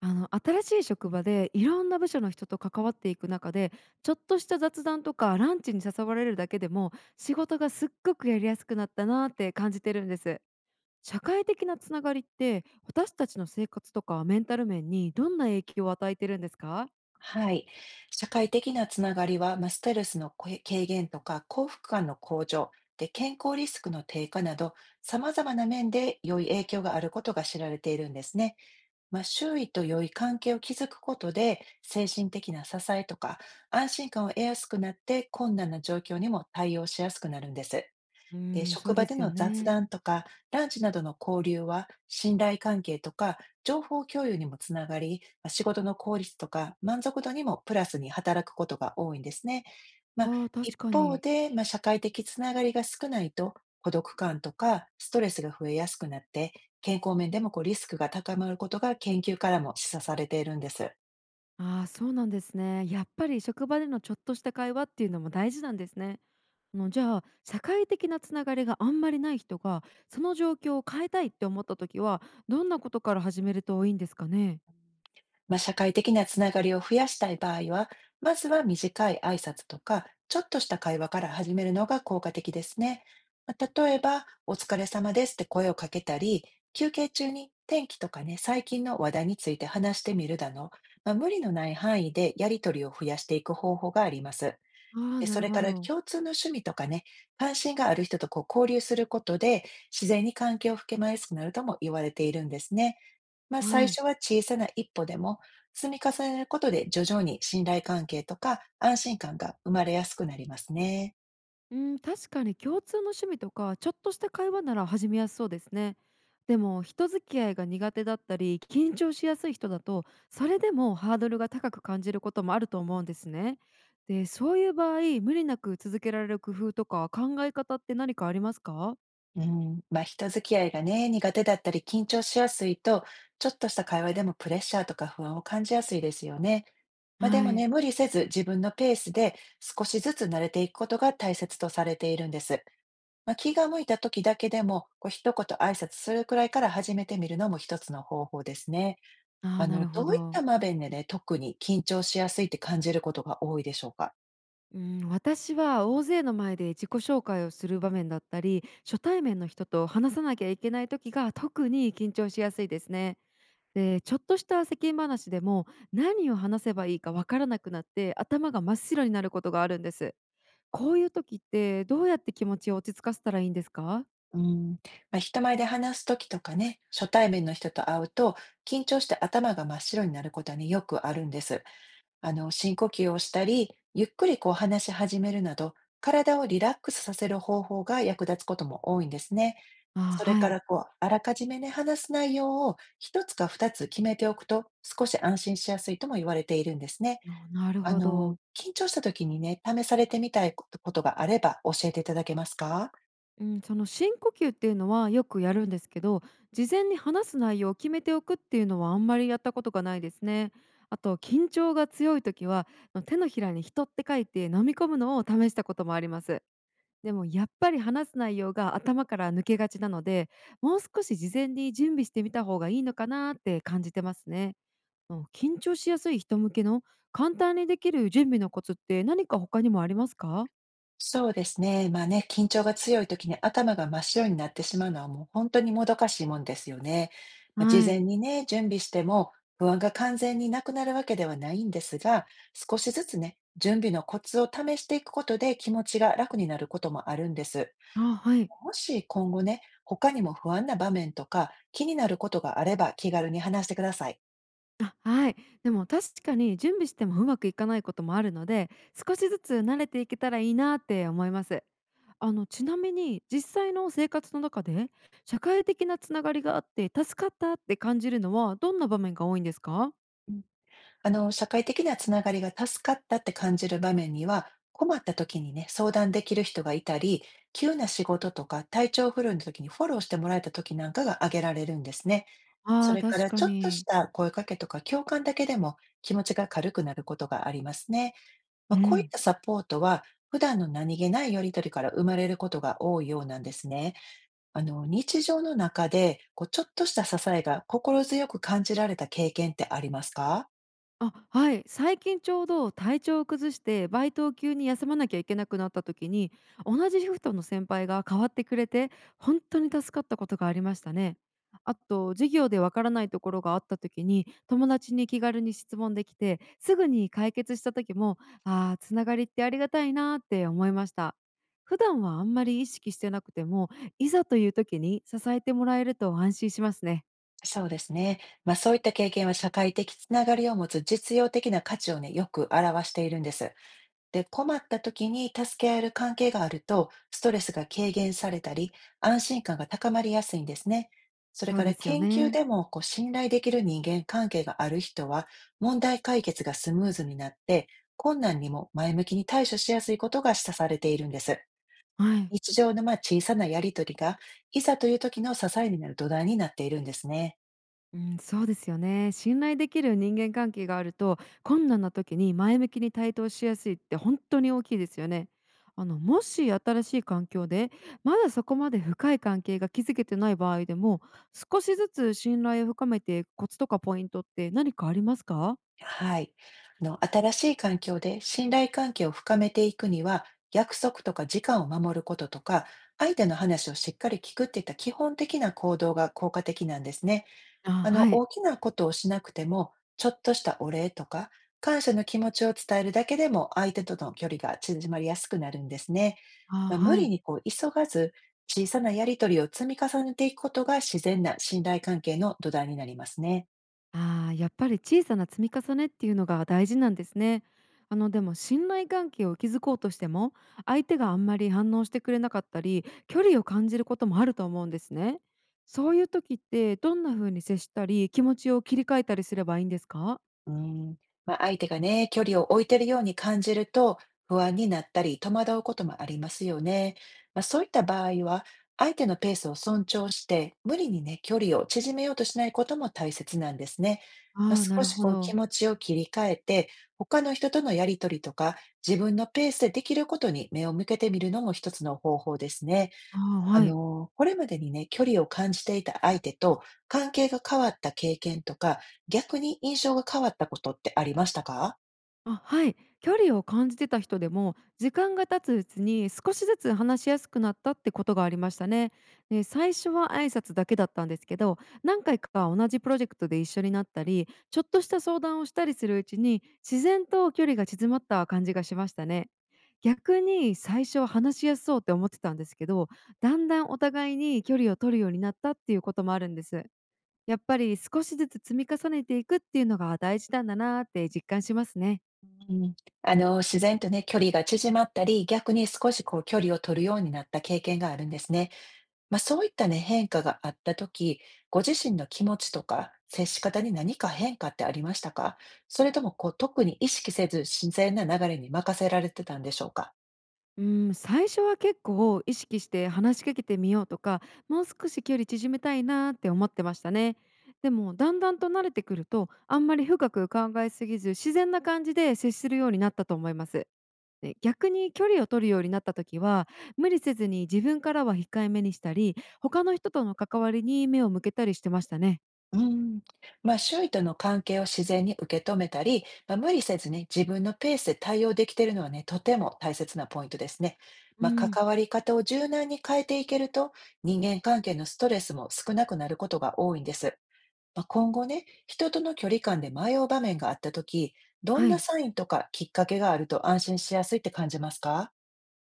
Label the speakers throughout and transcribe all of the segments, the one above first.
Speaker 1: 新しい職場でいろんな部署の人と関わっていく中で、ちょっとした雑談とかランチに誘われるだけでも仕事がすっごくやりやすくなったなって感じてるんです。社会的なつながりって私たちの生活とかメンタル面にどんな影響を与えてるんですか？
Speaker 2: はい。社会的なつながりは、まあ、ストレスの軽減とか幸福感の向上で、健康リスクの低下など、様々な面で良い影響があることが知られているんですね。まあ、周囲と良い関係を築くことで、精神的な支えとか安心感を得やすくなって、困難な状況にも対応しやすくなるんです。で、
Speaker 1: そ
Speaker 2: 職
Speaker 1: う
Speaker 2: 場
Speaker 1: で
Speaker 2: で
Speaker 1: すよ
Speaker 2: の雑
Speaker 1: ね。
Speaker 2: 談とか、ランチなどの交流は、信頼関係とか、情報共有にもつながり、まあ仕事の効率とか、満足度にもプラスに働くことが多いんですね。まあ、
Speaker 1: ああ、確
Speaker 2: 一
Speaker 1: か
Speaker 2: 方
Speaker 1: に。
Speaker 2: で、まあ、社会的つながりが少ないと、孤独感とかストレスが増えやすくなって、健康面でもこうリスクが高まることが研究からも示唆されているんです。
Speaker 1: ああ、そうなんですね。やっぱり職場でのちょっとした会話っていうのも大事なんですね。じゃあ社会的なつながりがあんまりない人がその状況を変えたいって思った時は、どんなことから始めるといいんですかね？
Speaker 2: まあ、社会的なつながりを増やしたい場合は、まずは短い挨拶とか、ちょっとした会話から始めるのが効果的ですね。まあ例えば、お疲れ様ですって声をかけたり、休憩中に天気とかね、最近の話題について話してみるだの、まあ、無理のない範囲でやりとりを増やしていく方法があります。
Speaker 1: ああ、
Speaker 2: で
Speaker 1: な
Speaker 2: そ
Speaker 1: る
Speaker 2: れ
Speaker 1: ほ
Speaker 2: から
Speaker 1: ど。
Speaker 2: 共通の趣味とかね、関心がある人とこう交流することで、自然に関係を深めやすくなるとも言われているんですね。まあ、
Speaker 1: は
Speaker 2: 最
Speaker 1: い。
Speaker 2: 初は小さな一歩でも、積み重ねることで徐々に信頼関係とか安心感が生まれやすくなりますね。
Speaker 1: うん、確かに共通の趣味とかちょっとした会話なら始めやすそうですね。でも人付き合いが苦手だったり緊張しやすい人だと、それでもハードルが高く感じることもあると思うんですね。で、そういう場合無理なく続けられる工夫とか考え方って何かありますか？
Speaker 2: うん、まあ、人付き合いがね、苦手だったり緊張しやすいと、ちょっとした会話でもプレッシャーとか不安を感じやすいですよね。まあ、で
Speaker 1: は
Speaker 2: も
Speaker 1: い。
Speaker 2: ね、無理せず自分のペースで少しずつ慣れていくことが大切とされているんです。まあ、気が向いた時だけでも、こう一言挨拶するくらいから始めてみるのも一つの方法ですね。
Speaker 1: ああ、
Speaker 2: あ
Speaker 1: な
Speaker 2: の、
Speaker 1: るほ
Speaker 2: どういった
Speaker 1: ど。
Speaker 2: 場面でね、特に緊張しやすいって感じることが多いでしょうか？
Speaker 1: うん、私は大勢の前で自己紹介をする場面だったり、初対面の人と話さなきゃいけない時が特に緊張しやすいですね。で、ちょっとした世間話でも何を話せばいいかわからなくなって頭が真っ白になることがあるんです。こういう時ってどうやって気持ちを落ち着かせたらいいんですか？
Speaker 2: うん、まあ、人前で話す時とかね、初対面の人と会うと、緊張して頭が真っ白になることはね、よくあるんです。あの、深呼吸をしたり、ゆっくりこう話し始めるなど、体をリラックスさせる方法が役立つことも多いんですね。
Speaker 1: あ、
Speaker 2: それ
Speaker 1: は
Speaker 2: か
Speaker 1: い。
Speaker 2: らこう、あらかじめね、話す内容を1つか2つ決めておくと、少し安心しやすいとも言われているんですね。
Speaker 1: あ、なる
Speaker 2: あ
Speaker 1: ほ
Speaker 2: の、
Speaker 1: ど。
Speaker 2: 緊張した時にね、試されてみたいことがあれば教えていただけますか？
Speaker 1: うん、その深呼吸っていうのはよくやるんですけど、事前に話す内容を決めておくっていうのはあんまりやったことがないですね。あと緊張が強い時は、手のひらに「人」って書いて飲み込むのを試したこともあります。でもやっぱり話す内容が頭から抜けがちなので、もう少し事前に準備してみた方がいいのかなって感じてますね。緊張しやすい人向けの簡単にできる準備のコツって何か他にもありますか？
Speaker 2: そうですね。まあね、緊張が強い時に頭が真っ白になってしまうのはもう本当にもどかしいもんですよね。まあ、事
Speaker 1: は
Speaker 2: 前
Speaker 1: い。
Speaker 2: にね、準備しても不安が完全になくなるわけではないんですが、少しずつね、準備のコツを試していくことで気持ちが楽になることもあるんです。
Speaker 1: あ、はい。
Speaker 2: もし今後ね、他にも不安な場面とか気になることがあれば気軽に話してください。
Speaker 1: あ、はい。でも確かに準備してもうまくいかないこともあるので、少しずつ慣れていけたらいいなって思います。ちなみに実際の生活の中で社会的なつながりがあって助かったって感じるのはどんな場面が多いんですか？
Speaker 2: うん、あの、社会的なつながりが助かったって感じる場面には、困った時にね、相談できる人がいたり、急な仕事とか体調不良の時にフォローしてもらえた時なんかが挙げられるんですね。
Speaker 1: あ
Speaker 2: そ
Speaker 1: あー、
Speaker 2: れか
Speaker 1: 確
Speaker 2: ら
Speaker 1: か
Speaker 2: ちょっとし
Speaker 1: に。
Speaker 2: た声かけとか共感だけでも気持ちが軽くなることがありますね。ま
Speaker 1: う
Speaker 2: あ、こういっ
Speaker 1: ん。
Speaker 2: たサポートは普段の何気ないやりとりから生まれることが多いようなんですね。あの、日常の中で、こう、ちょっとした支えが心強く感じられた経験ってありますか？
Speaker 1: あ、はい。最近ちょうど体調を崩してバイトを急に休まなきゃいけなくなった時に、同じシフトの先輩が代わってくれて本当に助かったことがありましたね。あと授業でわからないところがあった時に友達に気軽に質問できてすぐに解決した時も、ああー、つながりってありがたいなーって思いました。普段はあんまり意識してなくても、いざという時に支えてもらえると安心しますね。
Speaker 2: そうですね。まあ、そういった経験は社会的つながりを持つ実用的な価値をね、よく表しているんです。で、困った時に助け合える関係があると、ストレスが軽減されたり、安心感が高まりやすいんですね。それ
Speaker 1: そう
Speaker 2: か
Speaker 1: で
Speaker 2: ら
Speaker 1: すよ
Speaker 2: 研究
Speaker 1: ね。
Speaker 2: でも、こう、信頼できる人間関係がある人は、問題解決がスムーズになって、困難にも前向きに対処しやすいことが示唆されているんです。
Speaker 1: はい。
Speaker 2: 日常のまあ小さなやりとりが、いざという時の支えになる土台になっているんですね。
Speaker 1: うん、そうですよね。信頼できる人間関係があると、困難な時に前向きに対等しやすいって本当に大きいですよね。もし新しい環境でまだそこまで深い関係が築けてない場合でも、少しずつ信頼を深めていくコツとかポイントって何かありますか？
Speaker 2: はい。あの、新しい環境で信頼関係を深めていくには、約束とか時間を守ることとか、相手の話をしっかり聞くっていった基本的な行動が効果的なんですね。
Speaker 1: あ、
Speaker 2: あ
Speaker 1: は
Speaker 2: の、
Speaker 1: い。
Speaker 2: 大きなことをしなくても、ちょっとしたお礼とか、感謝の気持ちを伝えるだけでも、相手との距離が縮まりやすくなるんですね。
Speaker 1: あ、
Speaker 2: まあ、無
Speaker 1: は
Speaker 2: 理
Speaker 1: い。
Speaker 2: にこう急がず、小さなやりとりを積み重ねていくことが自然な信頼関係の土台になりますね。
Speaker 1: ああ、やっぱり小さな積み重ねっていうのが大事なんですね。でも信頼関係を築こうとしても、相手があんまり反応してくれなかったり距離を感じることもあると思うんですね。そういう時ってどんな風に接したり気持ちを切り替えたりすればいいんですか？
Speaker 2: うん、まあ、相手がね、距離を置いてるように感じると、不安になったり、戸惑うこともありますよね。まあ、そういった場合は、相手のペースを尊重して、無理にね、距離を縮めようとしないことも大切なんですね。まあ、
Speaker 1: ああー、な
Speaker 2: 少
Speaker 1: る
Speaker 2: し
Speaker 1: ほ
Speaker 2: こう気
Speaker 1: ど。
Speaker 2: 持ちを切り替えて、他の人とのやり取りとか、自分のペースでできることに目を向けてみるのも一つの方法ですね。
Speaker 1: ああー、
Speaker 2: あ
Speaker 1: はい。
Speaker 2: の、これまでにね、距離を感じていた相手と関係が変わった経験とか、逆に印象が変わったことってありましたか？
Speaker 1: あ、はい。距離を感じてた人でも、時間が経つうちに少しずつ話しやすくなったってことがありましたね。で、最初は挨拶だけだったんですけど、何回か同じプロジェクトで一緒になったり、ちょっとした相談をしたりするうちに、自然と距離が縮まった感じがしましたね。逆に最初は話しやすそうって思ってたんですけど、だんだんお互いに距離を取るようになったっていうこともあるんです。やっぱり少しずつ積み重ねていくっていうのが大事なんだなーって実感しますね。
Speaker 2: うん、あの、自然とね、距離が縮まったり、逆に少しこう距離を取るようになった経験があるんですね。まあ、そういったね、変化があった時、ご自身の気持ちとか接し方に何か変化ってありましたか？それともこう特に意識せず自然な流れに任せられてたんでしょうか？
Speaker 1: う、最初は結構意識して話しかけてみようとか、もう少し距離縮めたいなって思ってましたね。でもだんだんと慣れてくると、あんまり深く考えすぎず自然な感じで接するようになったと思います。で、逆に距離を取るようになった時は、無理せずに自分からは控えめにしたり、他の人との関わりに目を向けたりしてましたね。
Speaker 2: うん、まあ、周囲との関係を自然に受け止めたり、まあ、無理せずね、自分のペースで対応できているのはね、とても大切なポイントですね。
Speaker 1: う
Speaker 2: まあ、
Speaker 1: ん。
Speaker 2: 関わり方を柔軟に変えていけると、人間関係のストレスも少なくなることが多いんです。まあ、今後ね、人との距離感で迷う場面があったとき、どん
Speaker 1: は
Speaker 2: な
Speaker 1: い。
Speaker 2: サインとかきっかけがあると安心しやすいって感じますか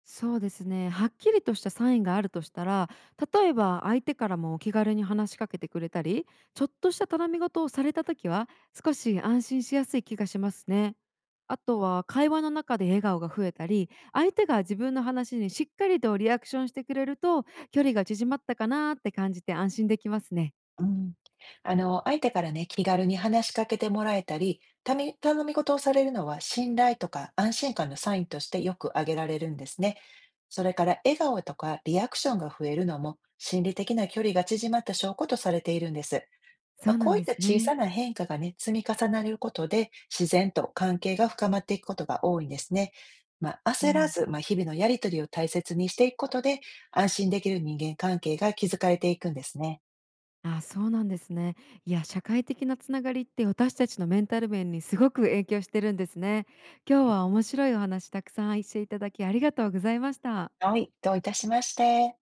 Speaker 1: そうですね。はっきりとしたサインがあるとしたら、例えば相手からも気軽に話しかけてくれたり、ちょっとした頼み事をされた時は、少し安心しやすい気がしますね。あとは会話の中で笑顔が増えたり、相手が自分の話にしっかりとリアクションしてくれると、距離が縮まったかなって感じて安心できますね。
Speaker 2: うん。あの、相手からね、気軽に話しかけてもらえたり、頼み事をされるのは信頼とか安心感のサインとしてよく挙げられるんですね。それから笑顔とかリアクションが増えるのも心理的な距離が縮まった証拠とされているんです。
Speaker 1: そ
Speaker 2: まあ、
Speaker 1: うな
Speaker 2: こ
Speaker 1: ん
Speaker 2: うい
Speaker 1: で
Speaker 2: った
Speaker 1: す
Speaker 2: 小さ
Speaker 1: ね。
Speaker 2: な変化がね、積み重なることで自然と関係が深まっていくことが多いんですね。まあ、
Speaker 1: う
Speaker 2: 焦ら
Speaker 1: ん。
Speaker 2: ず、まあ、日々のやりとりを大切にしていくことで安心できる人間関係が築かれていくんですね。
Speaker 1: あ、そうなんですね。いや、社会的なつながりって私たちのメンタル面にすごく影響してるんですね。今日は面白いお話たくさんしていただきありがとうございました。
Speaker 2: はい、どういたしまして。